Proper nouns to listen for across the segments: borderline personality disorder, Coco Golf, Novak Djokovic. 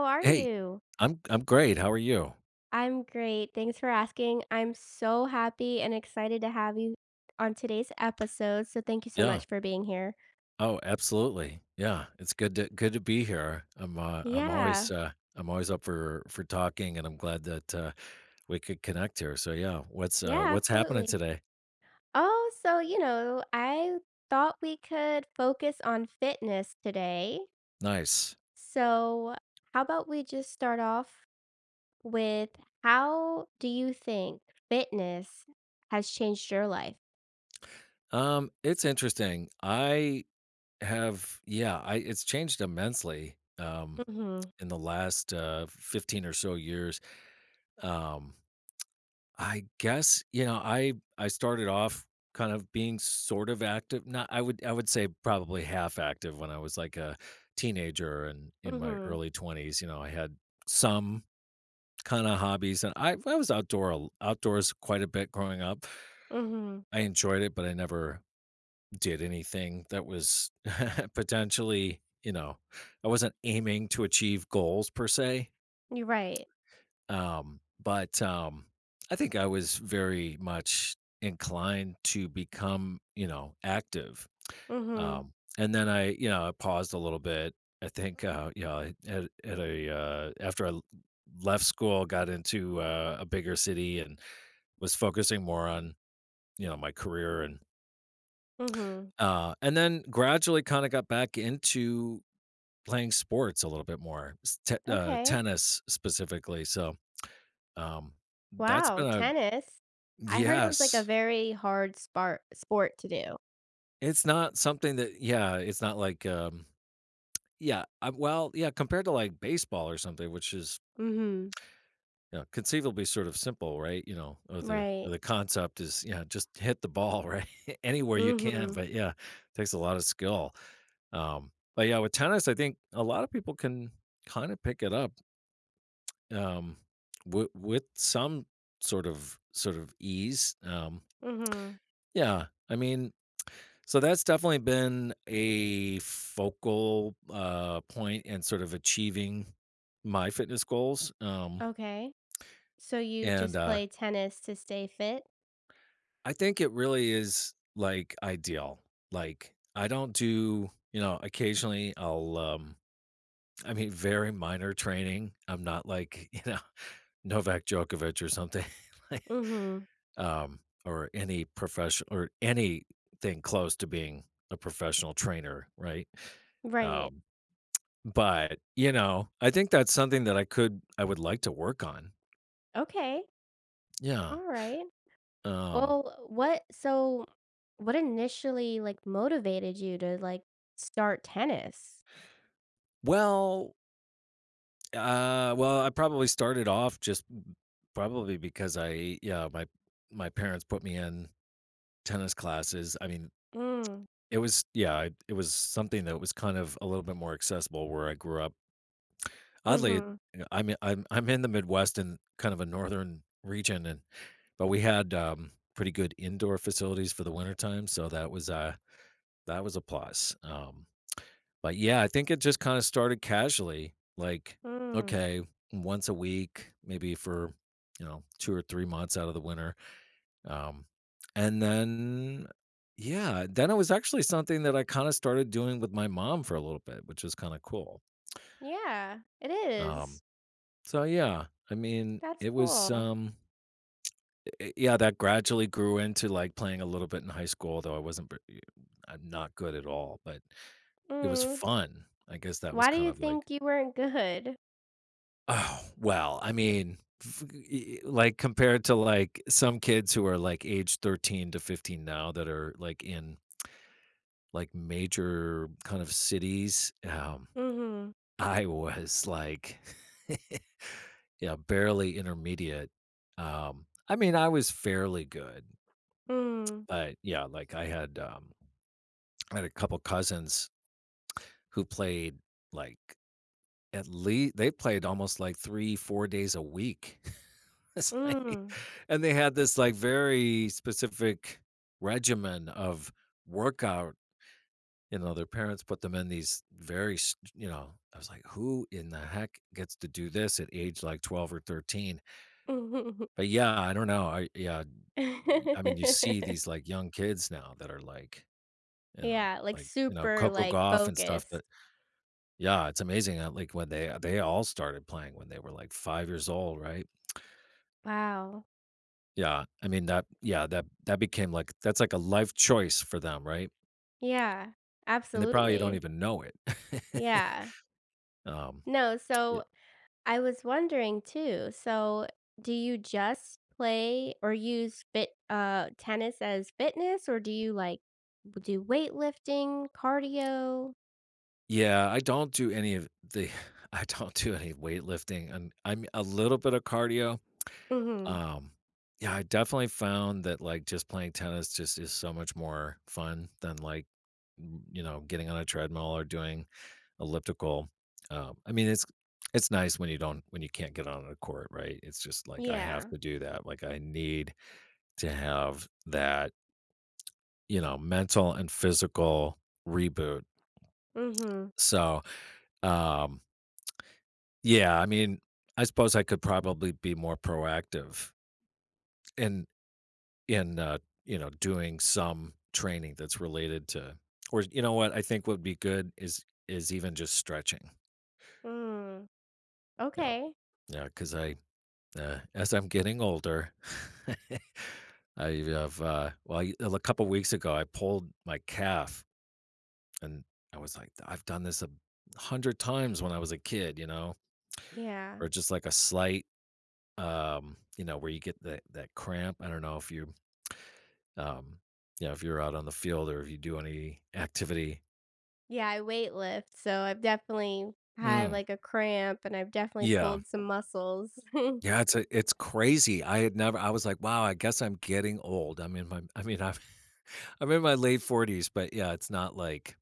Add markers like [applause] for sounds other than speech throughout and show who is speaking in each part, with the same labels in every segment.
Speaker 1: How are
Speaker 2: Hey,
Speaker 1: you?
Speaker 2: I'm great. How are you?
Speaker 1: I'm great. Thanks for asking. I'm so happy and excited to have you on today's episode. So, thank you so
Speaker 2: Yeah.
Speaker 1: much for being here.
Speaker 2: Oh, absolutely. Yeah. It's good to be here.
Speaker 1: Yeah.
Speaker 2: I'm always up for talking, and I'm glad that we could connect here. So yeah,
Speaker 1: Yeah,
Speaker 2: what's happening
Speaker 1: absolutely.
Speaker 2: today?
Speaker 1: Oh, so, I thought we could focus on fitness today.
Speaker 2: Nice.
Speaker 1: So, how about we just start off with how do you think fitness has changed your life?
Speaker 2: It's interesting. I have yeah. I it's changed immensely.
Speaker 1: Mhm.
Speaker 2: In the last 15 or so years. Um, I guess, you know, I started off kind of being sort of active. Not I would I would say probably half active when I was like a teenager and in my
Speaker 1: Mhm.
Speaker 2: early 20s, you know, I had some kind of hobbies and I was outdoors quite a bit growing up.
Speaker 1: Mhm.
Speaker 2: I enjoyed it, but I never did anything that was [laughs] potentially, you know, I wasn't aiming to achieve goals per se.
Speaker 1: You're right.
Speaker 2: Um, but, um, I think I was very much inclined to become, you know, active.
Speaker 1: Mhm.
Speaker 2: And then I paused a little bit. I think, you know, after left school, got into a bigger city and was focusing more on, you know, my career, and
Speaker 1: Mhm.
Speaker 2: and then gradually kind of got back into playing sports a little bit more,
Speaker 1: Okay.
Speaker 2: tennis specifically. Um, that's
Speaker 1: Wow,
Speaker 2: been a
Speaker 1: tennis. I heard it was like a
Speaker 2: yes.
Speaker 1: very hard sport to do.
Speaker 2: It's not something that yeah, it's not like, yeah, compared to, like, baseball or something, which is,
Speaker 1: Mhm.
Speaker 2: you know, conceivably sort of simple, right? You know, or the
Speaker 1: Right.
Speaker 2: or the concept is, yeah, just hit the ball, right? [laughs] Anywhere you can,
Speaker 1: Mhm.
Speaker 2: but yeah, takes a lot of skill. But yeah, with tennis, I think a lot of people can kinda pick it up, um, wi with some sort of ease.
Speaker 1: Mhm.
Speaker 2: Yeah, I mean So that's definitely been a focal point in sort of achieving my fitness goals.
Speaker 1: Okay. So you
Speaker 2: And
Speaker 1: just play tennis to stay fit?
Speaker 2: I think it really is like ideal. Like I don't do, you know, occasionally I'll, I mean, very minor training. I'm not like, [laughs] you know, Novak Djokovic or something, [laughs] like,
Speaker 1: Mhm.
Speaker 2: um, or any professional or anything close to being a professional trainer, right?
Speaker 1: Right.
Speaker 2: Um, But, you know, I think that's something that I would like to work on.
Speaker 1: Okay.
Speaker 2: Yeah.
Speaker 1: All right.
Speaker 2: Um,
Speaker 1: Well, what so what initially like motivated you to like start tennis?
Speaker 2: well, well, I probably started off just probably because my my parents put me in tennis classes. I mean,
Speaker 1: Mm.
Speaker 2: it was yeah, I it was something that was kind of a little bit more accessible where I grew up. Oddly, you
Speaker 1: Mhm.
Speaker 2: I'm in- I'm in the Midwest and kind of a northern region and but we had pretty good indoor facilities for the winter time, so that was that was a plus, but yeah, I think it just kinda started casually, like,
Speaker 1: Mm.
Speaker 2: okay, once a week, maybe for, you know, 2 or 3 months out of the winter, um, and then yeah, then it was actually something that I kinda started doing with my mom for a little bit, which was kinda cool,
Speaker 1: Yeah, it
Speaker 2: um,
Speaker 1: is.
Speaker 2: so yeah, I mean,
Speaker 1: That's cool.
Speaker 2: yeah, that gradually grew into, like, playing a little bit in high school, although I wasn't ver I'm not good at all, but it was
Speaker 1: Mm.
Speaker 2: fun. I guess that was
Speaker 1: Why do
Speaker 2: kind
Speaker 1: you
Speaker 2: of like
Speaker 1: think you weren't good?
Speaker 2: oh, well, I mean, f e like, compared to, like, some kids who are, like, age 13 to 15 now that are, like, in, like, major kind of cities,
Speaker 1: Mhm.
Speaker 2: I was, like, [laughs] yeah, barely intermediate. I mean, I was fairly good,
Speaker 1: Mm.
Speaker 2: but, yeah, like, I had a couple cousins who played, like, at least they played almost, like, 3, 4 days a week. [laughs] [laughs] It's like
Speaker 1: Mm.
Speaker 2: and they had this, like, very specific regimen of workout. You know, their parents put them in these very s you know, I was like, "Who in the heck gets to do this at age, like, 12 or 13?"
Speaker 1: Mhm.
Speaker 2: But, yeah, I don't know. I mean, you see
Speaker 1: [laughs]
Speaker 2: these, like, young kids now that are, like, you know,
Speaker 1: Yeah, like,
Speaker 2: you know,
Speaker 1: super,
Speaker 2: Coco
Speaker 1: like,
Speaker 2: Golf and stuff
Speaker 1: focused.
Speaker 2: that yeah, it's amazing how, like, when they all started playing when they were, like, 5 years old, right?
Speaker 1: Wow.
Speaker 2: Yeah, I mean that yeah, that that became like that's like a life choice for them, right?
Speaker 1: Yeah.
Speaker 2: And they probably don't
Speaker 1: Absolutely.
Speaker 2: even know it. [laughs]
Speaker 1: Yeah.
Speaker 2: Um,
Speaker 1: No,
Speaker 2: yeah.
Speaker 1: so, I was wondering too, so, do you just play or use fit tennis as fitness, or do you, like, do weightlifting, cardio?
Speaker 2: Yeah, I don't do any of the [sighs] I don't do any weightlifting and I'm a little bit of cardio.
Speaker 1: Mhm.
Speaker 2: Um, yeah, I definitely found that like just playing tennis just is so much more fun than like you know, getting on a treadmill or doing elliptical. I mean, it's nice when you don't when you can't get on a court, right? It's just like I have
Speaker 1: Yeah.
Speaker 2: to do that. Like I need to have that, you know, mental and physical reboot.
Speaker 1: Mhm.
Speaker 2: So, um, yeah, I mean, I suppose I could probably be more proactive in in uh, you know, doing some training that's related to or you know what I think would be good is even just stretching.
Speaker 1: Mm.
Speaker 2: Yeah.
Speaker 1: Okay.
Speaker 2: Yeah, because I as I'm getting older, [laughs] I have, I, a couple weeks ago, I pulled my calf and I was like, I've done this a hundred times when I was a kid, you know,
Speaker 1: Yeah.
Speaker 2: or just like a slight, you know, where you get that, that cramp. I don't know if you, um, you know, if you're out on the field or if you do any activity.
Speaker 1: Yeah, I weight lift, so I've definitely had,
Speaker 2: Mm,
Speaker 1: like, a cramp, and I've definitely
Speaker 2: yeah.
Speaker 1: pulled some muscles. [laughs]
Speaker 2: Yeah, it's a, it's crazy. I had never. I was like, wow. I guess I'm getting old. I mean, my. I mean, I'm. [laughs] I'm in my late 40s, but yeah, it's not like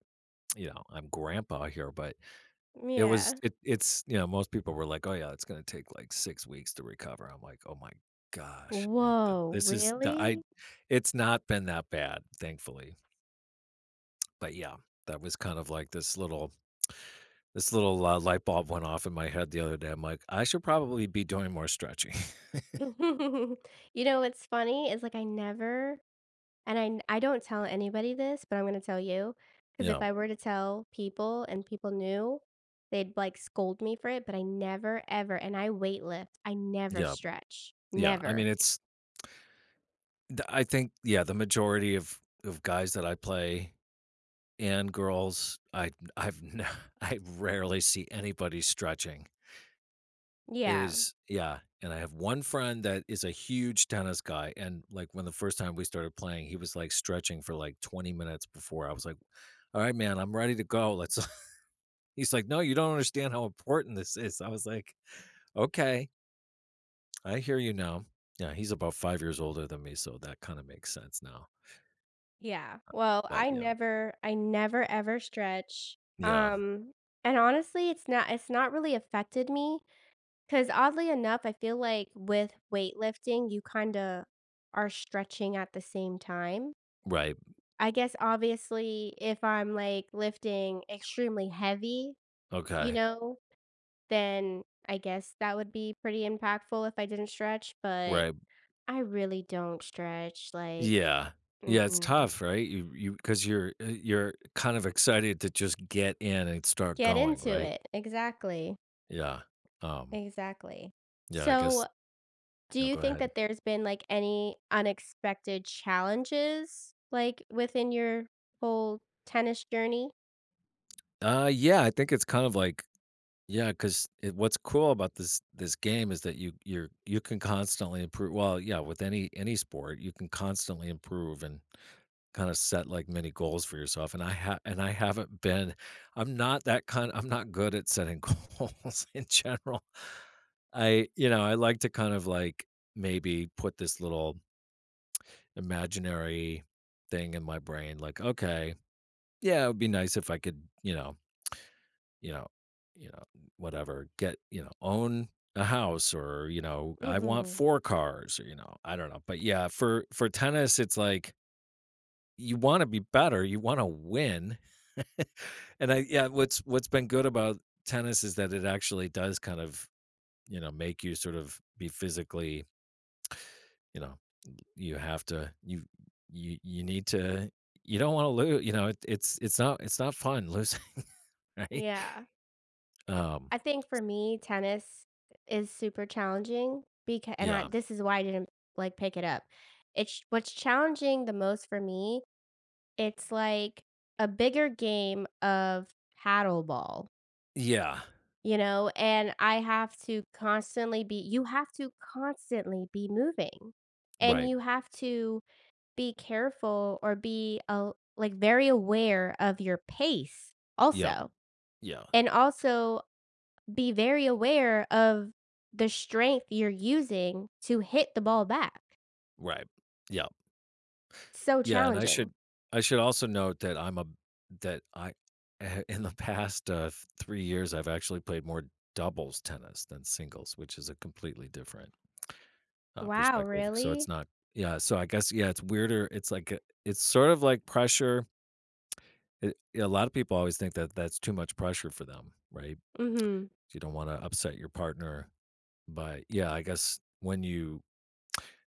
Speaker 2: you know, I'm grandpa here, but it was
Speaker 1: Yeah.
Speaker 2: it it's you know, most people were like, "Oh yeah, it's gonna take like 6 weeks to recover." I'm like, "Oh my gosh, it th
Speaker 1: Whoa,
Speaker 2: this is the I
Speaker 1: really?
Speaker 2: it's not been that bad, thankfully." But yeah, that was kind of like this little light bulb went off in my head the other day. I'm like, "I should probably be doing more stretching."
Speaker 1: [laughs]
Speaker 2: [laughs]
Speaker 1: You know what's funny is, like, I never and I n I don't tell anybody this, but I'm gonna tell you because
Speaker 2: Yeah,
Speaker 1: if I were to tell people and people knew, they'd, like, scold me for it, but I never, ever and I weight lift, I never
Speaker 2: yeah,
Speaker 1: stretch.
Speaker 2: yeah. I mean,
Speaker 1: Never.
Speaker 2: it's the I think, yeah, the majority of guys that I play and girls, I I've n [laughs] I rarely see anybody stretching. It
Speaker 1: Yeah.
Speaker 2: is yeah, and I have one friend that is a huge tennis guy, and, like, when the first time we started playing, he was, like, stretching for, like, 20 minutes before I was like, "Alright, man, I'm ready to go, let's" [laughs] He's like, "No, you don't understand how important this is." I was like, "Okay, I hear you now." Yeah, he's about 5 years older than me, so that kinda makes sense now,
Speaker 1: Yeah. Well,
Speaker 2: but yeah.
Speaker 1: I never ever stretch.
Speaker 2: Yeah,
Speaker 1: Um, and honestly, it's not really affected me. Cause oddly enough, I feel like with weightlifting, you kinda are stretching at the same time.
Speaker 2: right,
Speaker 1: I guess obviously if I'm like lifting extremely heavy, you
Speaker 2: okay,
Speaker 1: know, then I guess that would be pretty impactful if I didn't stretch, but
Speaker 2: right.
Speaker 1: I really don't stretch like
Speaker 2: Yeah. Yeah, it's
Speaker 1: mm-mm.
Speaker 2: tough, right? Because you 'cause you're kind of excited to just get in and start
Speaker 1: Get
Speaker 2: going,
Speaker 1: into
Speaker 2: right?
Speaker 1: it. Exactly.
Speaker 2: Yeah. Um,
Speaker 1: Exactly.
Speaker 2: yeah, I guess
Speaker 1: So, do
Speaker 2: you know,
Speaker 1: you
Speaker 2: go
Speaker 1: think
Speaker 2: ahead.
Speaker 1: that there's been, like, any unexpected challenges, like, within your whole tennis journey?
Speaker 2: Yeah, I think it's kind of like yeah, because what's cool about this game is that you can constantly improve well, yeah, with any sport, you can constantly improve and kinda set, like, many goals for yourself, and I haven't been I'm not good at setting [laughs] goals in general. I You know, I like to kind of, like, maybe put this little imaginary thing in my brain, like, "Okay, yeah, it would be nice if I could, you know you know, whatever, get you know, own a house or, you know, I want
Speaker 1: Mhm.
Speaker 2: 4 cars," or, you know, I don't know, but yeah, for tennis, it's like you wanna be better, you wanna win. [laughs] And I yeah, what's been good about tennis is that it actually does kind of, you know, make you sort of be physically, you know, you have to you you need to you don't wanna lose, you know, it's not fun losing, [laughs] right?
Speaker 1: Yeah.
Speaker 2: Um,
Speaker 1: I think for me, tennis is super challenging because, and I
Speaker 2: yeah.
Speaker 1: this is why I didn't, like, pick it up. It's what's challenging the most for me, it's like a bigger game of paddleball.
Speaker 2: Yeah.
Speaker 1: You know, and I have to constantly be you have to constantly be moving. And
Speaker 2: Right.
Speaker 1: you have to be careful or be a like very aware of your pace
Speaker 2: Yep.
Speaker 1: also.
Speaker 2: Yeah.
Speaker 1: And also be very aware of the strength you're using to hit the ball back.
Speaker 2: Right. Yeah.
Speaker 1: So
Speaker 2: Yeah, and I
Speaker 1: challenging.
Speaker 2: should I should also note that I'm a that I [laughs] in the past, 3 years, I've actually played more doubles tennis than singles, which is a completely different,
Speaker 1: Wow,
Speaker 2: perspective, so
Speaker 1: really?
Speaker 2: it's not yeah, so I guess, yeah, it's weirder, it's like a it's sort of like pressure, it a lot of people always think that that's too much pressure for them, right?
Speaker 1: Mhm.
Speaker 2: You don't wanna upset your partner, but, yeah, I guess when you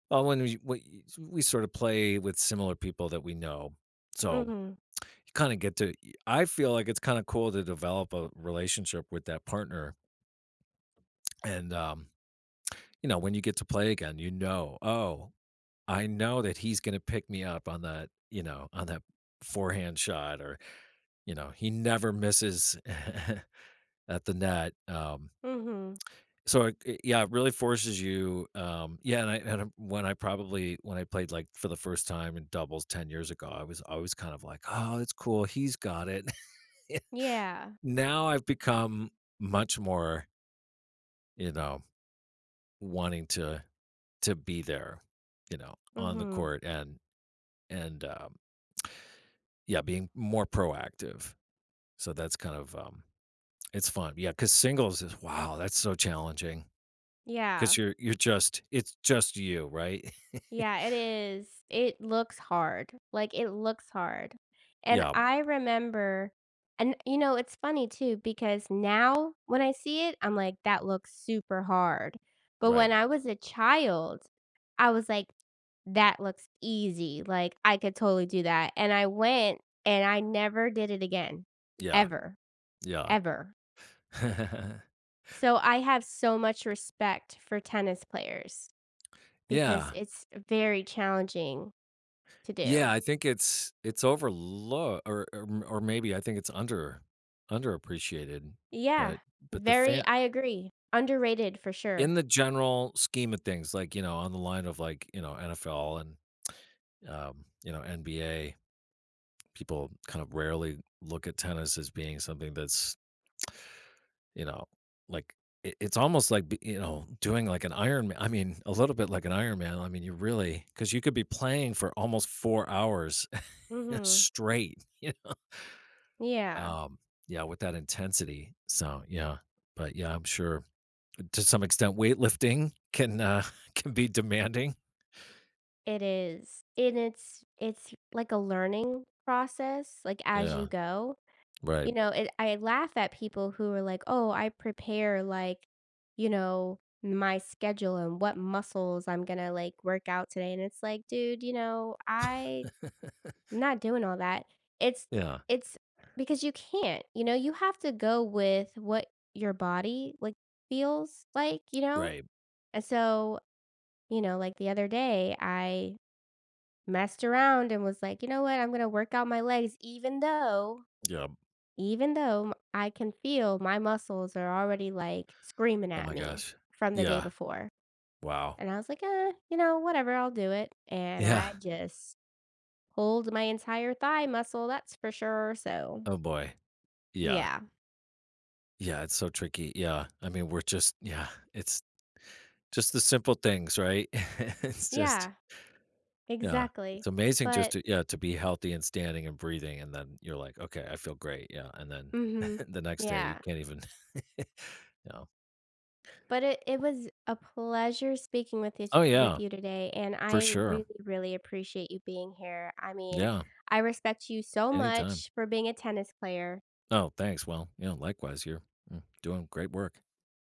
Speaker 2: well, when we sort of play with similar people that we know, so
Speaker 1: Mhm.
Speaker 2: you kind of get to I feel like it's kind of cool to develop a relationship with that partner. And you know, when you get to play again, you know, oh, I know that he's gonna pick me up on that, you know, on that forehand shot or, you know, he never misses [laughs] at the net.
Speaker 1: Mhm.
Speaker 2: So yeah, it really forces you. Yeah, when I probably when I played like for the first time in doubles 10 years ago, I was always kind of like, oh, it's cool, he's got it. [laughs]
Speaker 1: Yeah.
Speaker 2: Now I've become much more, you know, wanting to be there, you know, on the
Speaker 1: Mhm.
Speaker 2: court and and um, yeah, being more proactive. So that's kind of it's fun, yeah. Because singles is wow, that's so challenging because
Speaker 1: Yeah.
Speaker 2: you're just it's just you, right? [laughs]
Speaker 1: Yeah, it is. It looks hard. Like, it looks hard. And
Speaker 2: yeah,
Speaker 1: I remember and, you know, it's funny too because now when I see it, I'm like, "That looks super hard." But
Speaker 2: right.
Speaker 1: when I was a child, I was like, "That looks easy." Like, "I could totally do that." And I went and I never did it again,
Speaker 2: Yeah,
Speaker 1: ever,
Speaker 2: yeah,
Speaker 1: ever. So, I have so much respect for tennis players
Speaker 2: [laughs]
Speaker 1: because
Speaker 2: yeah.
Speaker 1: it's very challenging to
Speaker 2: Yeah,
Speaker 1: do.
Speaker 2: I think it's overlooked or, or maybe I think it's underappreciated,
Speaker 1: Yeah,
Speaker 2: but the
Speaker 1: very
Speaker 2: fan
Speaker 1: I agree. Underrated for
Speaker 2: in
Speaker 1: sure.
Speaker 2: the general scheme of things, like you know, on the line of like you know NFL and you know NBA, people kind of rarely look at tennis as being something that's you know like it, it's almost like you know doing like an Iron Man. I mean, a little bit like an Iron Man. I mean, you really because you could be playing for almost 4 hours [laughs]
Speaker 1: Mhm.
Speaker 2: straight. [laughs]
Speaker 1: Yeah,
Speaker 2: Um, yeah, with that intensity. So, yeah. But yeah, I'm sure to some extent weightlifting can [laughs] can be demanding.
Speaker 1: it is. And it's like a learning process, like, as you
Speaker 2: Yeah.
Speaker 1: go.
Speaker 2: Right.
Speaker 1: You know, it I laugh at people who are like, "Oh, I prepare, like, you know, my schedule and what muscles I'm gonna, like, work out today," and it's like, "Dude, you know, I'm not doing all that. It's
Speaker 2: Yeah.
Speaker 1: it's because you can't, you know, you have to go with what your body like feels like, you know?
Speaker 2: Right.
Speaker 1: And so, you know, like the other day I messed around and was like, you know what, I'm gonna work out my legs
Speaker 2: Yeah.
Speaker 1: even though I can feel my muscles are already like screaming
Speaker 2: Oh
Speaker 1: at
Speaker 2: my
Speaker 1: me
Speaker 2: gosh.
Speaker 1: from the day
Speaker 2: Yeah.
Speaker 1: before.
Speaker 2: Wow.
Speaker 1: And I was like, eh, you know, whatever, I'll do it. And
Speaker 2: Yeah.
Speaker 1: I just pulled my entire thigh muscle, that's for sure. So
Speaker 2: Oh boy. Yeah.
Speaker 1: yeah.
Speaker 2: Yeah, it's so tricky. Yeah. I mean, we're just yeah, it's just the simple things, right? [laughs] it's just
Speaker 1: Yeah,
Speaker 2: yeah.
Speaker 1: exactly.
Speaker 2: It's amazing just
Speaker 1: But
Speaker 2: to yeah, to be healthy and standing and breathing and then you're like, "Okay, I feel great." Yeah. And then
Speaker 1: mhm.
Speaker 2: [laughs] the next day you
Speaker 1: Yeah.
Speaker 2: can't even [laughs] Yeah.
Speaker 1: But it was a pleasure speaking
Speaker 2: Oh,
Speaker 1: with
Speaker 2: yeah,
Speaker 1: you today, and
Speaker 2: for
Speaker 1: I
Speaker 2: sure.
Speaker 1: really, really appreciate you being here. I mean,
Speaker 2: Yeah,
Speaker 1: I respect you so
Speaker 2: anytime.
Speaker 1: much for being a tennis player.
Speaker 2: Oh, thanks. Well, you know, likewise, you're mm, doing great work.